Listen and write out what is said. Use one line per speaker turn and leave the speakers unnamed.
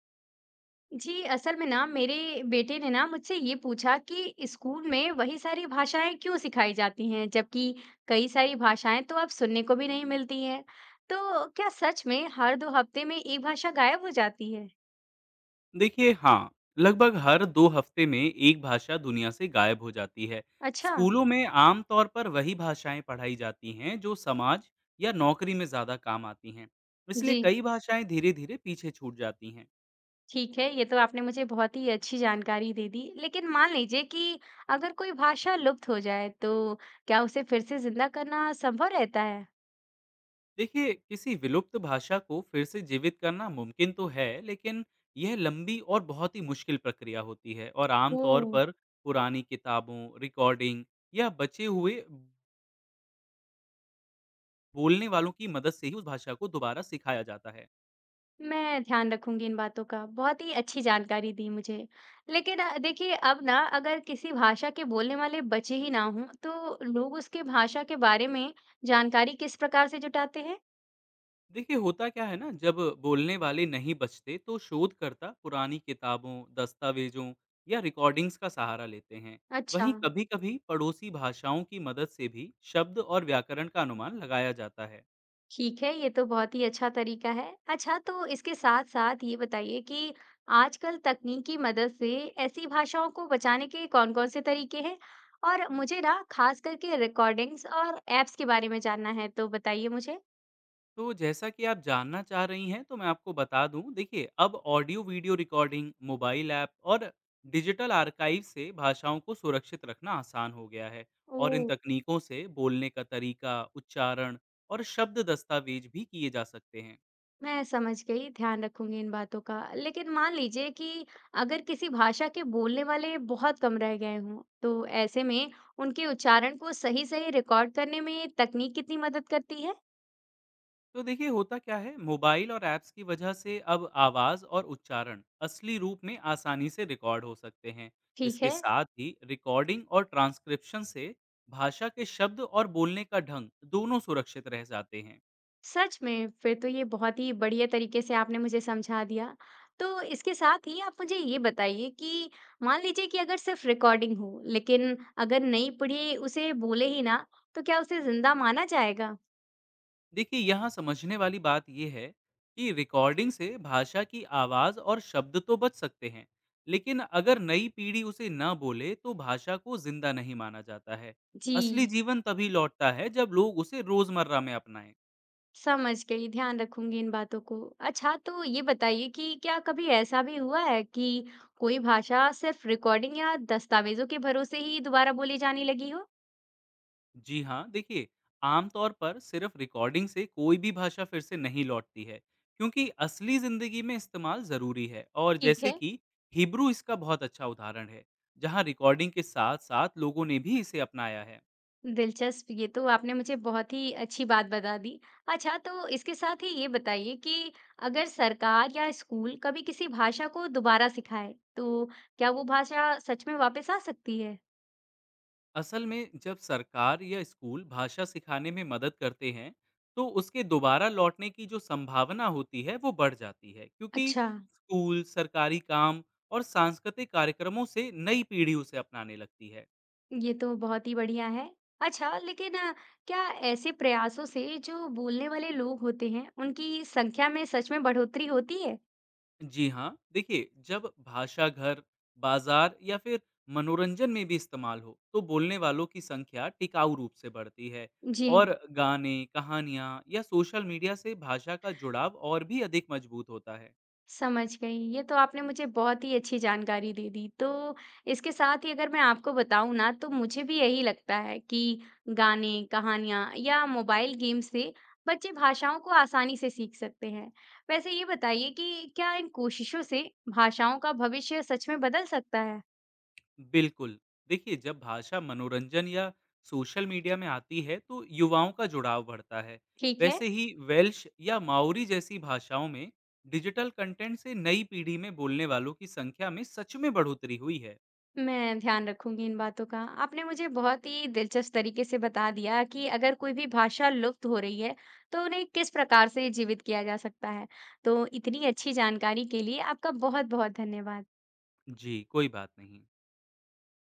जी, असल में ना मेरे बेटे ने ना मुझसे ये पूछा कि स्कूल में वही सारी भाषाएं क्यों सिखाई जाती हैं जबकि कई सारी भाषाएं तो अब सुनने को भी नहीं मिलती हैं। तो क्या सच में हर दो हफ्ते में एक भाषा गायब हो जाती है?
देखिए, हाँ। लगभग हर 2 हफ्ते में एक भाषा दुनिया से गायब हो जाती है।
अच्छा।
स्कूलों में आमतौर पर वही भाषाएं पढ़ाई जाती हैं जो समाज या नौकरी में ज़्यादा काम आती हैं। इसलिए
जी।
कई भाषाएं धीरे धीरे पीछे छूट जाती हैं।
ठीक है, ये तो आपने मुझे बहुत ही अच्छी जानकारी दे दी। लेकिन मान लीजिए कि अगर कोई भाषा लुप्त हो जाए तो क्या उसे फिर से जिंदा करना संभव रहता है?
देखिए, किसी विलुप्त भाषा को फिर से जीवित करना मुमकिन तो है, लेकिन यह लंबी और बहुत ही मुश्किल प्रक्रिया होती है। और
ओ।
आमतौर पर पुरानी किताबों, रिकॉर्डिंग या बचे हुए बोलने वालों की मदद से ही उस भाषा को दोबारा सिखाया जाता है।
मैं ध्यान रखूंगी इन बातों का। बहुत ही अच्छी जानकारी दी मुझे। लेकिन देखिए अब ना अगर किसी भाषा के बोलने वाले बचे ही ना हों, तो लोग उसके भाषा के बारे में जानकारी किस प्रकार से जुटाते हैं?
देखिए, होता क्या है ना, जब बोलने वाले नहीं बचते तो शोधकर्ता पुरानी किताबों, दस्तावेजों या रिकॉर्डिंग्स का सहारा लेते हैं।
अच्छा।
वहीं कभी-कभी पड़ोसी भाषाओं की मदद से भी शब्द और व्याकरण का अनुमान लगाया जाता है।
ठीक है, ये तो बहुत ही अच्छा तरीका है। अच्छा, तो इसके साथ-साथ ये बताइए कि आजकल तकनीक की मदद से ऐसी भाषाओं को बचाने के कौन-कौन से तरीके हैं? और मुझे ना खास करके रिकॉर्डिंग्स और ऐप्स के बारे में जानना है, तो बताइए मुझे।
तो जैसा कि आप जानना चाह रही हैं, तो मैं आपको बता दूं, देखिए, अब audio video recording, mobile app और डिजिटल आर्काइव से भाषाओं को सुरक्षित रखना आसान हो गया है। और इन
ओह!
तकनीकों से बोलने का तरीका, उच्चारण और शब्द दस्तावेज भी किए जा सकते हैं।
मैं समझ गई, ध्यान रखूंगी इन बातों का। लेकिन मान लीजिए कि अगर किसी भाषा के बोलने वाले बहुत कम रह गए हों, तो ऐसे में उनके उच्चारण को सही-सही रिकॉर्ड करने में तकनीक कितनी मदद करती है?
तो देखिए, होता क्या है, मोबाइल और ऐप्स की वजह से अब आवाज़ और उच्चारण असली रूप में आसानी से रिकॉर्ड हो सकते हैं।
ठीक
इसके
है।
साथ ही रिकॉर्डिंग और ट्रांसक्रिप्शन से भाषा के शब्द और बोलने का ढंग, दोनों सुरक्षित रह जाते हैं।
सच में फिर तो ये बहुत ही बढ़िया तरीके से आपने मुझे समझा दिया। तो इसके साथ ही आप मुझे ये बताइए कि मान लीजिए कि अगर सिर्फ रिकॉर्डिंग हो, लेकिन अगर नई पीढ़ी उसे बोले ही ना, तो क्या उसे जिंदा माना जाएगा?
देखिए, यहाँ समझने वाली बात यह है कि रिकॉर्डिंग से भाषा की आवाज़ और शब्द तो बच सकते हैं, लेकिन अगर नई पीढ़ी उसे न बोले तो भाषा को जिंदा नहीं माना जाता है।
जी।
असली जीवन तभी लौटता है जब लोग उसे रोजमर्रा में अपनाएं।
समझ गई, ध्यान रखूंगी इन बातों को। अच्छा, तो ये बताइए कि क्या कभी ऐसा भी हुआ है कि कोई भाषा सिर्फ़ रिकॉर्डिंग या दस्तावेज़ों के भरोसे ही दोबारा बोली जाने लगी हो?
जी हाँ, देखिए, आमतौर पर सिर्फ रिकॉर्डिंग से कोई भी भाषा फिर से नहीं लौटती है, क्योंकि असली ज़िंदगी में इस्तेमाल ज़रूरी है। और
ठीक
जैसे
है।
कि हिब्रू इसका बहुत अच्छा उदाहरण है, जहाँ रिकॉर्डिंग के साथ-साथ लोगों ने भी इसे अपनाया है।
दिलचस्प, ये तो आपने मुझे बहुत ही अच्छी बात बता दी। अच्छा, तो इसके साथ ही ये बताइए कि अगर सरकार या स्कूल कभी किसी भाषा को दोबारा सिखाए, तो क्या वो भाषा सच में वापस आ सकती है?
असल में जब सरकार या स्कूल भाषा सिखाने में मदद करते हैं, तो उसके दोबारा लौटने की जो संभावना होती है, वो बढ़ जाती है। क्योंकि
अच्छा।
स्कूल, सरकारी काम और सांस्कृतिक कार्यक्रमों से नई पीढ़ी उसे अपनाने लगती है।
ये तो बहुत ही बढ़िया है। अच्छा, लेकिन क्या ऐसे प्रयासों से जो बोलने वाले लोग होते हैं, उनकी संख्या में सच में बढ़ोतरी होती है?
जी हाँ, देखिए, जब भाषा घर, बाजार या फिर मनोरंजन में भी इस्तेमाल हो, तो बोलने वालों की संख्या टिकाऊ रूप से बढ़ती है।
जी।
और गाने, कहानियाँ या सोशल मीडिया से भाषा का जुड़ाव और भी अधिक मजबूत होता है।
समझ गई। ये तो आपने मुझे बहुत ही अच्छी जानकारी दे दी। तो इसके साथ ही अगर मैं आपको बताऊँ ना, तो मुझे भी यही लगता है कि गाने, कहानियाँ या मोबाइल गेम से बच्चे भाषाओं को आसानी से सीख सकते हैं। वैसे ये बताइए कि क्या इन कोशिशों से भाषाओं का भविष्य सच में बदल सकता है?
बिल्कुल। देखिए, जब भाषा मनोरंजन या सोशल मीडिया में आती है तो युवाओं का जुड़ाव बढ़ता है।
ठीक है।
वैसे ही वेल्श या माओरी जैसी भाषाओं में डिजिटल कंटेंट से नई पीढ़ी में बोलने वालों की संख्या में सच में बढ़ोतरी हुई है।
मैं ध्यान रखूंगी इन बातों का। आपने मुझे बहुत ही दिलचस्प तरीके से बता दिया कि अगर कोई भी भाषा लुप्त हो रही है, तो उन्हें किस प्रकार से जीवित किया जा सकता है। तो इतनी अच्छी जानकारी के लिए आपका बहुत-बहुत धन्यवाद।
जी, कोई बात नहीं।